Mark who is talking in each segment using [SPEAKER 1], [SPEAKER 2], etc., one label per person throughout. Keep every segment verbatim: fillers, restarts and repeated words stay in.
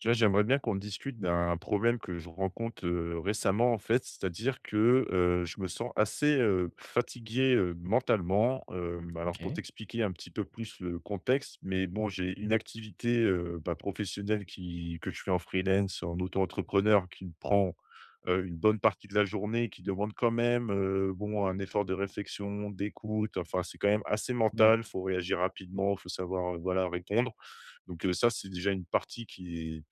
[SPEAKER 1] Tu vois, j'aimerais bien qu'on discute d'un problème que je rencontre, heu, récemment, en fait. C'est-à-dire que, heu, je me sens assez, heu, fatigué, heu, mentalement. Hem, alors pour
[SPEAKER 2] OK.
[SPEAKER 1] t'expliquer un petit peu plus le contexte, mais bon, j'ai une activité, heu, bah, professionnelle qui que je fais en freelance, en auto-entrepreneur, qui me prend, heu, une bonne partie de la journée, qui demande quand même, heu, bon, un effort de réflexion, d'écoute, enfin, c'est quand même assez
[SPEAKER 2] Ouais.
[SPEAKER 1] mental. Il Faut réagir rapidement, il faut savoir, heu, voilà, répondre. Donc, heu, ça, c'est déjà une partie qui est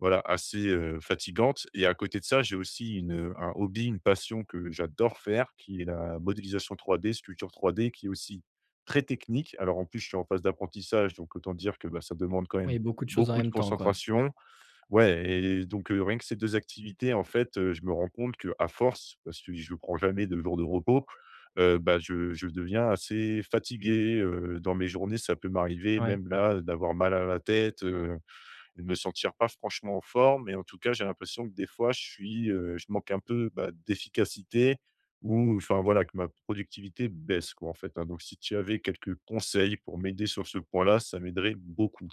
[SPEAKER 1] voilà, assez, heu, fatigante, et à côté de ça, j'ai aussi une, un hobby, une passion que j'adore faire qui est la modélisation trois D, sculpture trois D qui est aussi très technique. Alors en plus, je suis en phase d'apprentissage, donc autant dire que, bah, ça demande quand même
[SPEAKER 2] Oui, beaucoup de choses en
[SPEAKER 1] beaucoup de
[SPEAKER 2] même temps, quoi.
[SPEAKER 1] concentration. Ouais, et donc heu, rien que ces deux activités, en fait, heu, je me rends compte que à force, parce que je ne prends jamais de jours de repos, heu, bah, je je deviens assez fatigué, heu, dans mes journées. Ça peut m'arriver
[SPEAKER 2] Ouais.
[SPEAKER 1] même là d'avoir mal à la tête, heu de me sentir pas franchement en forme, et en tout cas, j'ai l'impression que des fois, je suis, heu, je manque un peu, bah, d'efficacité ou enfin, voilà, que ma productivité baisse, quoi, en fait, hein. Donc si tu avais quelques conseils pour m'aider sur ce point-là, ça m'aiderait beaucoup.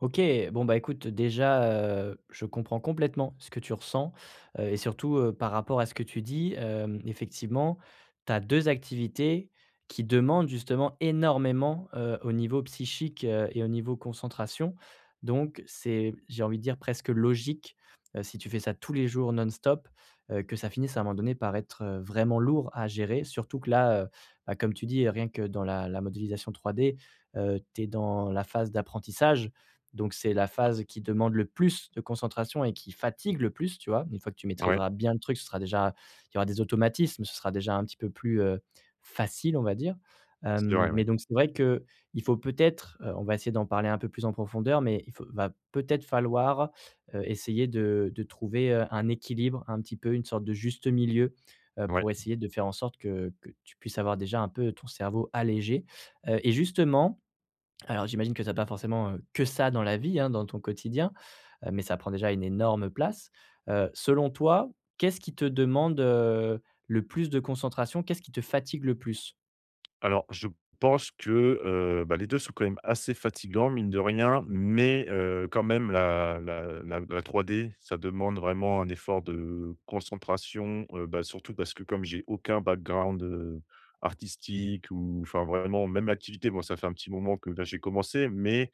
[SPEAKER 2] OK, bon, bah, écoute, déjà, heu, je comprends complètement ce que tu ressens, heu et surtout, heu, par rapport à ce que tu dis, hem, effectivement, tu as deux activités qui demandent justement énormément, heu, au niveau psychique, heu et au niveau concentration. Donc c'est, j'ai envie de dire presque logique, heu, si tu fais ça tous les jours non-stop, heu, que ça finisse à un moment donné par être, heu, vraiment lourd à gérer. Surtout que là, heu, bah, comme tu dis, rien que dans la la modélisation trois d heu, tu es dans la phase d'apprentissage, donc c'est la phase qui demande le plus de concentration et qui fatigue le plus, tu vois? Une fois que tu
[SPEAKER 1] Ouais,
[SPEAKER 2] maîtriseras bien le truc, ce sera déjà, il y aura des automatismes, ce sera déjà un petit peu plus, heu, facile, on va dire.
[SPEAKER 1] c'est
[SPEAKER 2] Hem,
[SPEAKER 1] vrai, ouais.
[SPEAKER 2] mais donc c'est vrai que il faut peut-être, heu, on va essayer d'en parler un peu plus en profondeur, mais il faut va peut-être falloir, heu, essayer de de trouver, heu, un équilibre, un petit peu, une sorte de juste milieu, heu,
[SPEAKER 1] Ouais.
[SPEAKER 2] pour essayer de faire en sorte que que tu puisses avoir déjà un peu ton cerveau allégé, heu et justement, alors j'imagine que tu as pas forcément, heu, que ça dans la vie, hein, dans ton quotidien, heu, mais ça prend déjà une énorme place. Heu, selon toi, qu'est-ce qui te demande, heu, le plus de concentration? Qu'est-ce qui te fatigue le plus?
[SPEAKER 1] Alors, je pense que, heu, bah, les deux sont quand même assez fatigants, mine de rien, mais heu, quand même la la la la trois D, ça demande vraiment un effort de concentration, heu, bah, surtout parce que comme j'ai aucun background, heu, artistique ou enfin, vraiment même l'activité, bon, ça fait un petit moment que là, j'ai commencé, mais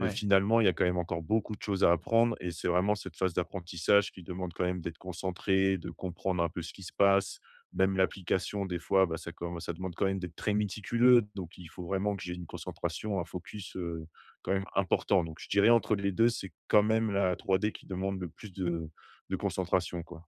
[SPEAKER 1] heu,
[SPEAKER 2] Ouais.
[SPEAKER 1] finalement, il y a quand même encore beaucoup de choses à apprendre, et c'est vraiment cette phase d'apprentissage qui demande quand même d'être concentré, de comprendre un peu ce qui se passe. Même l'application des fois, bah, ça commen ça demande quand même d'être très méticuleux, donc il faut vraiment que j'ai une concentration, un focus, heu, quand même important. Donc je dirais entre les deux, c'est quand même la trois D qui demande le plus de de concentration, quoi.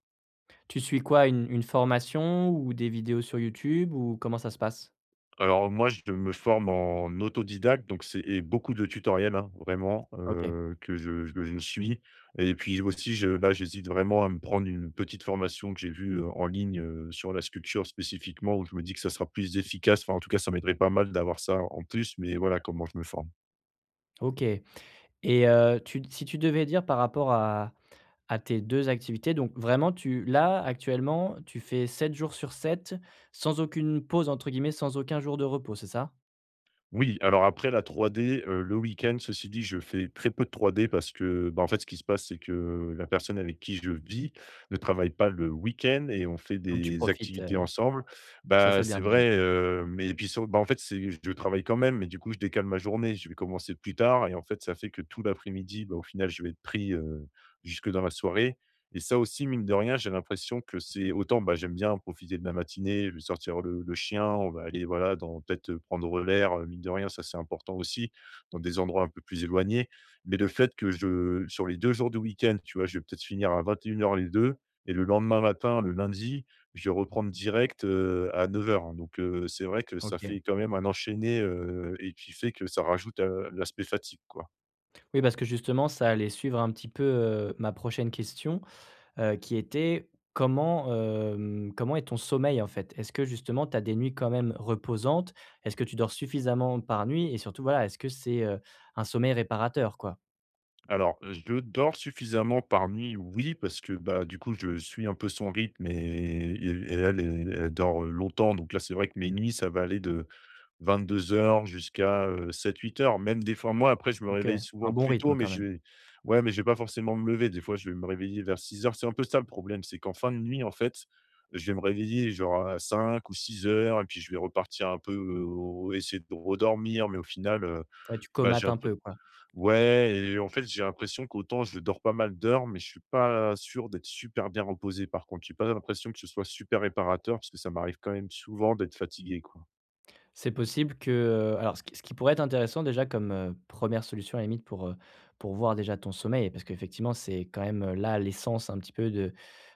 [SPEAKER 2] Tu suis quoi? Une une formation ou des vidéos sur YouTube ou comment ça se passe?
[SPEAKER 1] Alors moi, je me forme en autodidacte, donc c'est et beaucoup de tutoriels, hein, vraiment,
[SPEAKER 2] OK,
[SPEAKER 1] heu, que je je je suis, et puis aussi je là, j'hésite vraiment à me prendre une petite formation que j'ai vue, heu, en ligne, heu, sur la sculpture spécifiquement où je me dis que ça sera plus efficace. Enfin, en tout cas, ça m'aiderait pas mal d'avoir ça en plus, mais voilà comment je me forme.
[SPEAKER 2] OK, et heu, tu si tu devais dire par rapport à à tes deux activités, donc vraiment tu là, actuellement, tu fais sept jours sur sept sans aucune «pause» entre guillemets, sans aucun jour de repos, c'est ça?
[SPEAKER 1] Oui, alors après la trois D, heu, le week-end, ceci dit, je fais très peu de trois D parce que, bah, en fait, ce qui se passe, c'est que la personne avec qui je vis ne travaille pas le week-end et on fait
[SPEAKER 2] Donc tu
[SPEAKER 1] des
[SPEAKER 2] profites.
[SPEAKER 1] activités ensemble.
[SPEAKER 2] Ça,
[SPEAKER 1] Bah,
[SPEAKER 2] c'est bien
[SPEAKER 1] c'est
[SPEAKER 2] déjà.
[SPEAKER 1] vrai, heu, mais et puis sur bah, en fait, c'est je travaille quand même, mais du coup, je décale ma journée. Je vais commencer plus tard, et en fait, ça fait que tout l'après-midi, bah, au final, je vais être pris, heu, jusque dans la soirée. Et ça aussi, mine de rien, j'ai l'impression que c'est autant, bah, j'aime bien profiter de ma matinée, je vais sortir le le chien, on va aller, voilà, dans peut-être, heu, prendre l'air, heu, mine de rien, ça, c'est important aussi, dans des endroits un peu plus éloignés. Mais le fait que je sur les deux jours du week-end, tu vois, je vais peut-être finir à vingt et une heures les deux, et le lendemain matin, le lundi, je vais reprendre direct, heu, à neuf heures, hein. Donc, heu, c'est vrai que ça
[SPEAKER 2] OK.
[SPEAKER 1] fait quand même un enchaîné, heu et qui fait que ça rajoute à l'aspect fatigue, quoi.
[SPEAKER 2] Oui, parce que justement, ça allait suivre un petit peu, heu, ma prochaine question, heu, qui était comment, hem, comment est ton sommeil, en fait? Est-ce que justement, tu as des nuits quand même reposantes? Est-ce que tu dors suffisamment par nuit? Et surtout, voilà, est-ce que c'est, heu, un sommeil réparateur, quoi?
[SPEAKER 1] Alors, je dors suffisamment par nuit, oui, parce que bah, du coup, je suis un peu son rythme, et, et- et elle, elle elle dort euh, longtemps. Donc là, c'est vrai que mes nuits, ça va aller de 22 heures jusqu'à sept huit heures. Même des fois, moi, après, je me
[SPEAKER 2] OK,
[SPEAKER 1] réveille
[SPEAKER 2] un
[SPEAKER 1] souvent
[SPEAKER 2] bon
[SPEAKER 1] plus tôt,
[SPEAKER 2] rythme
[SPEAKER 1] mais
[SPEAKER 2] quand
[SPEAKER 1] je
[SPEAKER 2] même.
[SPEAKER 1] vais, ouais, mais je vais pas forcément me lever. Des fois, je vais me réveiller vers six heures. C'est un peu ça le problème, c'est qu'en fin de nuit, en fait, je vais me réveiller genre à cinq ou six heures, et puis je vais repartir un peu, euh, essayer de redormir, mais au final, euh,
[SPEAKER 2] Ouais, tu
[SPEAKER 1] bah, j'ai
[SPEAKER 2] comates
[SPEAKER 1] un
[SPEAKER 2] un
[SPEAKER 1] peu.
[SPEAKER 2] peu, quoi.
[SPEAKER 1] Ouais, et en fait, j'ai l'impression qu'autant je dors pas mal d'heures, mais je suis pas sûr d'être super bien reposé par contre. J'ai pas l'impression que ce soit super réparateur parce que ça m'arrive quand même souvent d'être fatigué, quoi.
[SPEAKER 2] C'est possible que, heu, alors ce qui ce qui pourrait être intéressant déjà comme, heu, une solution à la limite pour, heu, pour voir déjà ton sommeil, parce qu'effectivement, c'est quand même, heu, là l'essence un petit peu de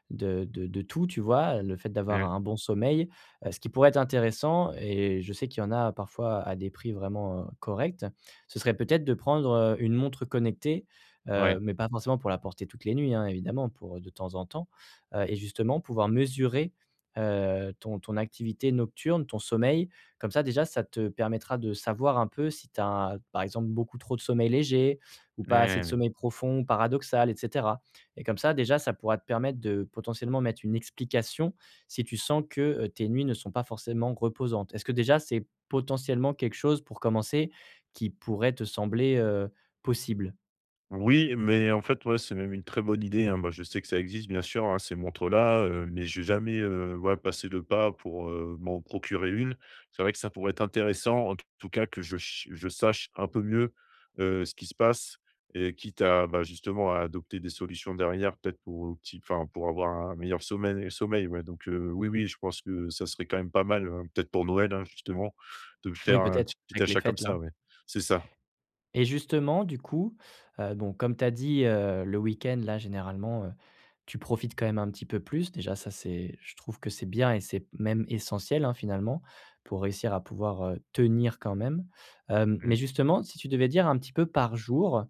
[SPEAKER 2] de de de tout, tu vois? Le fait d'avoir
[SPEAKER 1] Mmh.
[SPEAKER 2] un bon sommeil, heu, ce qui pourrait être intéressant, et je sais qu'il y en a parfois à des prix vraiment, heu, corrects, ce serait peut-être de prendre, heu, une montre connectée,
[SPEAKER 1] Ouais.
[SPEAKER 2] heu, mais pas forcément pour la porter toutes les nuits, hein, évidemment, pour de temps en temps, heu et justement pouvoir mesurer, heu, ton ton activité nocturne, ton sommeil. Comme ça, déjà, ça te permettra de savoir un peu si tu as, par exemple, beaucoup trop de sommeil léger ou
[SPEAKER 1] Ouais,
[SPEAKER 2] pas assez de
[SPEAKER 1] ouais, ouais.
[SPEAKER 2] sommeil profond, paradoxal, etc., et comme ça, déjà, ça pourra te permettre de potentiellement mettre une explication si tu sens que, heu, tes nuits ne sont pas forcément reposantes. Est-ce que déjà c'est potentiellement quelque chose pour commencer qui pourrait te sembler, heu, possible?
[SPEAKER 1] Oui, mais en fait, ouais, c'est même une très bonne idée, hein. Moi, je sais que ça existe, bien sûr, hein, ces montres-là, heu, mais j'ai jamais, heu, ouais, passé le pas pour, heu, m'en procurer une. C'est vrai que ça pourrait être intéressant, en tout cas, que je ch je sache un peu mieux, heu, ce qui se passe, et quitte à, bah, justement, à adopter des solutions derrière, peut-être pour opti enfin, pour avoir un meilleur sommeil sommeil, ouais, donc heu, oui, oui, je pense que ça serait quand même pas mal, heu, peut-être pour Noël, hein, justement, de me
[SPEAKER 2] Oui,
[SPEAKER 1] faire un
[SPEAKER 2] peut-être,
[SPEAKER 1] petit petit
[SPEAKER 2] avec les
[SPEAKER 1] achat comme
[SPEAKER 2] fêtes
[SPEAKER 1] ça,
[SPEAKER 2] là.
[SPEAKER 1] ouais. C'est ça.
[SPEAKER 2] Et justement, du coup, heu, bon, comme tu as dit, heu, le week-end là généralement, heu tu profites quand même un petit peu plus. Déjà ça, c'est, je trouve que c'est bien et c'est même essentiel, hein, finalement, pour réussir à pouvoir, heu, tenir quand même. Hem, mais justement, si tu devais dire un petit peu par jour,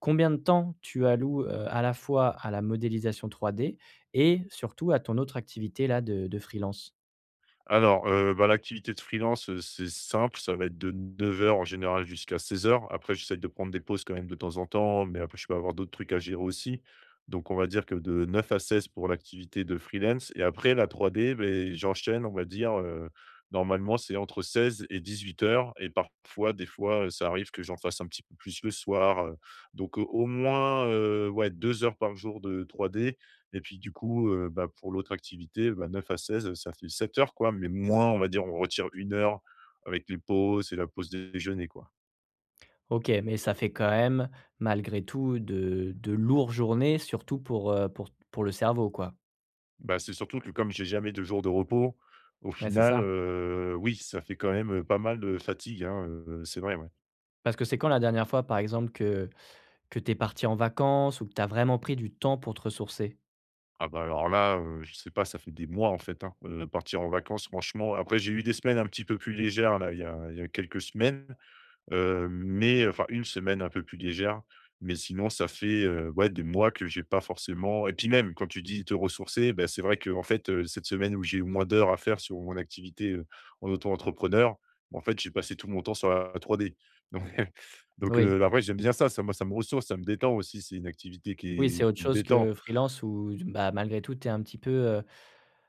[SPEAKER 2] combien de temps tu alloues, heu, à la fois à la modélisation trois D et surtout à ton autre activité là de de freelance?
[SPEAKER 1] Alors, heu, bah, l'activité de freelance, heu, c'est simple, ça va être de neuf heures en général jusqu'à seize heures. Après, j'essaie de prendre des pauses quand même de temps en temps, mais après je peux avoir d'autres trucs à gérer aussi. Donc on va dire que de neuf à seize pour l'activité de freelance, et après la trois D, beh, j'enchaîne, on va dire, heu, normalement c'est entre seize et dix-huit heures, et parfois, des fois, heu, ça arrive que j'en fasse un petit peu plus le soir, heu, donc au au moins, heu, ouais deux heures par jour de trois D, et puis du coup, heu, bah, pour l'autre activité, bah, neuf à seize, ça fait sept heures quoi, mais moins, on va dire, on retire une heure avec les pauses et la pause déjeuner, quoi.
[SPEAKER 2] OK, mais ça fait quand même, malgré tout, de de lourdes journées, surtout pour, heu, pour pour le cerveau, quoi.
[SPEAKER 1] Bah, c'est surtout que comme j'ai jamais de jour de repos, au
[SPEAKER 2] Ouais, c'est
[SPEAKER 1] final,
[SPEAKER 2] ça.
[SPEAKER 1] heu, oui, ça fait quand même, pas mal de fatigue, hein, heu, c'est vrai, ouais.
[SPEAKER 2] Parce que c'est quand la dernière fois, par exemple, que Que tu es parti en vacances ou que tu as vraiment pris du temps pour te ressourcer?
[SPEAKER 1] Ah bah, alors là, heu, je sais pas, ça fait des mois en fait, hein, heu, partir en vacances franchement après j'ai eu des semaines un petit peu plus légères là, il y a il y a quelques semaines. Heu, mais enfin, une semaine un peu plus légère, mais sinon ça fait, heu, ouais, des mois que j'ai pas forcément, et puis même quand tu dis te ressourcer, ben c'est vrai que en fait, heu, cette semaine où j'ai eu moins d'heures à faire sur mon activité, heu, en auto-entrepreneur, en fait, j'ai passé tout mon temps sur la trois D. Donc donc,
[SPEAKER 2] Oui,
[SPEAKER 1] heu, après j'aime bien ça, ça moi ça me ressource, ça me détend aussi, c'est une activité
[SPEAKER 2] oui, c'est
[SPEAKER 1] qui
[SPEAKER 2] autre
[SPEAKER 1] qui me
[SPEAKER 2] chose
[SPEAKER 1] détend.
[SPEAKER 2] que freelance où, bah, malgré tout, tu es un petit peu, heu,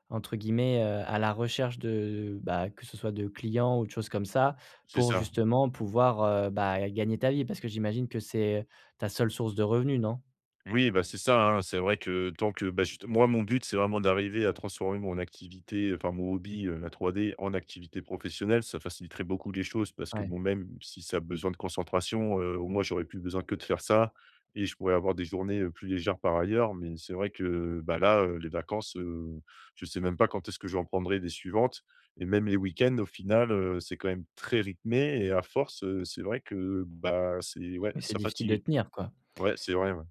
[SPEAKER 2] entre guillemets, heu, à la recherche de, bah, que ce soit de clients ou de choses comme ça,
[SPEAKER 1] C'est
[SPEAKER 2] pour
[SPEAKER 1] ça.
[SPEAKER 2] justement pouvoir, heu, bah, gagner ta vie. Parce que j'imagine que c'est ta seule source de revenus, non?
[SPEAKER 1] Oui, bah, c'est ça, hein. C'est vrai que tant que bah, juste moi, mon but, c'est vraiment d'arriver à transformer mon activité, enfin mon hobby, heu, la trois D en activité professionnelle. Ça faciliterait beaucoup les choses parce que
[SPEAKER 2] Ouais,
[SPEAKER 1] bon, même si ça a besoin de concentration, heu, au moins, j'aurais plus besoin que de faire ça, et je pourrais avoir des journées, heu, plus légères par ailleurs. Mais c'est vrai que, bah, là, heu, les vacances, heu, je sais même pas quand est-ce que je vais en prendrai des suivantes, et même les week-ends, au final, heu, c'est quand même très rythmé, et à force, heu, c'est vrai que, bah, c'est ouais,
[SPEAKER 2] mais c'est
[SPEAKER 1] ça
[SPEAKER 2] difficile de
[SPEAKER 1] fatigue.
[SPEAKER 2] tenir, quoi.
[SPEAKER 1] Ouais, c'est vrai, ouais.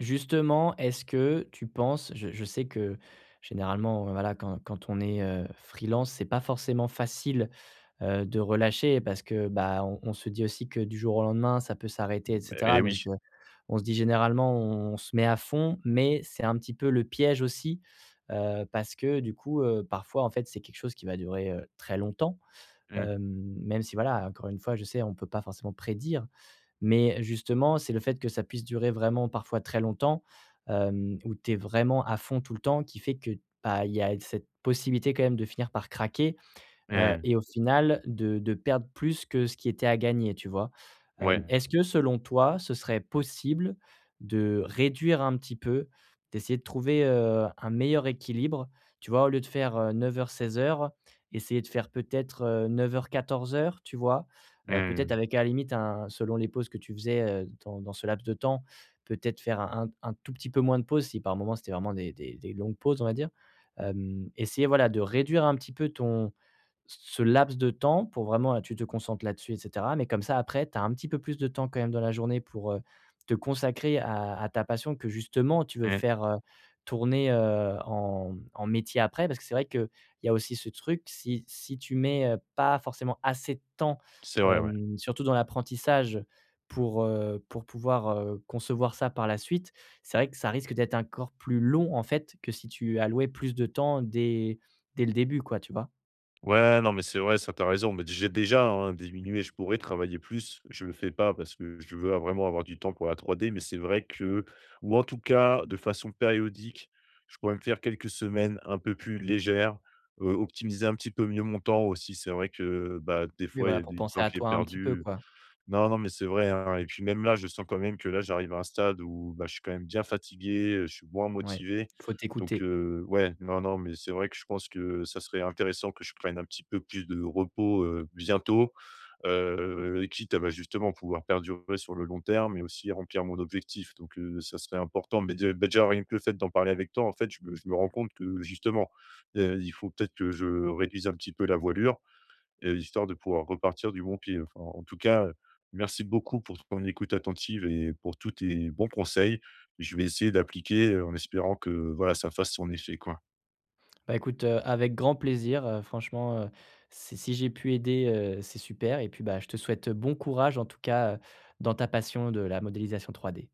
[SPEAKER 2] Justement, est-ce que tu penses, je je sais que généralement, voilà, quand quand on est, heu, freelance, c'est pas forcément facile, heu, de relâcher parce que, bah, on on se dit aussi que du jour au lendemain, ça peut s'arrêter, et cetera,
[SPEAKER 1] Eh
[SPEAKER 2] donc
[SPEAKER 1] oui.
[SPEAKER 2] heu, on se dit généralement, on se met à fond, mais c'est un petit peu le piège aussi, heu, parce que du coup, heu, parfois, en fait, c'est quelque chose qui va durer, heu, très longtemps,
[SPEAKER 1] Mmh.
[SPEAKER 2] hem, même si, voilà, encore une fois, je sais, on ne peut pas forcément prédire, mais justement, c'est le fait que ça puisse durer vraiment parfois très longtemps, hem, où tu es vraiment à fond tout le temps qui fait que, bah, il y a cette possibilité quand même de finir par craquer heu
[SPEAKER 1] Mmh.
[SPEAKER 2] et au final de de perdre plus que ce qui était à gagner, tu vois?
[SPEAKER 1] Ouais.
[SPEAKER 2] Hem, est-ce que selon toi, ce serait possible de réduire un petit peu, d'essayer de trouver, heu, un meilleur équilibre? Tu vois, au lieu de faire, heu, neuf heures-seize heures, essayer de faire peut-être, heu, neuf heures-quatorze heures, tu vois? Heu, peut-être
[SPEAKER 1] Mmh.
[SPEAKER 2] avec, à la limite, un selon les pauses que tu faisais, heu, dans dans ce laps de temps, peut-être faire un un tout petit peu moins de pauses si par moment c'était vraiment des des des longues pauses, on va dire. Hem, essayer, voilà, de réduire un petit peu ton ce laps de temps pour vraiment là, tu te concentres là-dessus et cetera, mais comme ça après, tu as un petit peu plus de temps quand même dans la journée pour, heu, te consacrer à à ta passion que justement tu veux
[SPEAKER 1] Mmh.
[SPEAKER 2] faire, heu, tourner, heu, en en métier après. Parce que c'est vrai qu'il y a aussi ce truc, si si tu mets, heu, pas forcément assez de temps,
[SPEAKER 1] C'est vrai, ouais.
[SPEAKER 2] hem, surtout dans l'apprentissage pour, heu, pour pouvoir, heu, concevoir ça par la suite, c'est vrai que ça risque d'être encore plus long en fait que si tu allouais plus de temps dès dès le début, quoi, tu vois?
[SPEAKER 1] Ouais, non, mais c'est vrai, ça, tu raison. Mais j'ai déjà, hein, diminué, je pourrais travailler plus. Je le fais pas parce que je veux vraiment avoir du temps pour la trois D, mais c'est vrai que ou en tout cas, de façon périodique, je pourrais me faire quelques semaines un peu plus légères, heu, optimiser un petit peu mieux mon temps aussi. C'est vrai que, bah, des
[SPEAKER 2] Oui,
[SPEAKER 1] fois, il y
[SPEAKER 2] voilà,
[SPEAKER 1] a
[SPEAKER 2] pour
[SPEAKER 1] du
[SPEAKER 2] penser
[SPEAKER 1] temps
[SPEAKER 2] à
[SPEAKER 1] qui est
[SPEAKER 2] toi un petit peu,
[SPEAKER 1] perdu.
[SPEAKER 2] quoi.
[SPEAKER 1] Non, non, mais c'est vrai, hein, et puis même là, je sens quand même que là, j'arrive à un stade où, bah, je suis quand même bien fatigué, heu, je suis moins
[SPEAKER 2] Ouais,
[SPEAKER 1] motivé
[SPEAKER 2] faut
[SPEAKER 1] donc
[SPEAKER 2] t'écouter.
[SPEAKER 1] heu, ouais, non, non, mais c'est vrai que je pense que ça serait intéressant que je prenne un petit peu plus de repos, heu, bientôt, heu, quitte à, bah, justement pouvoir perdurer sur le long terme et aussi remplir mon objectif, donc heu, ça serait important, mais dé bah, déjà rien que le fait d'en parler avec toi, en fait, je me je me rends compte que justement, heu, il faut peut-être que je réduise un petit peu la voilure, heu, histoire de pouvoir repartir du bon pied. Enfin, en tout cas, heu, merci beaucoup pour ton écoute attentive et pour tous tes bons conseils. Je vais essayer d'appliquer, heu, en espérant que, voilà, ça fasse son effet, quoi.
[SPEAKER 2] Bah, écoute, heu, avec grand plaisir, heu, franchement, heu, si si j'ai pu aider, heu, c'est super, et puis, bah, je te souhaite bon courage en tout cas, heu, dans ta passion de la modélisation trois D.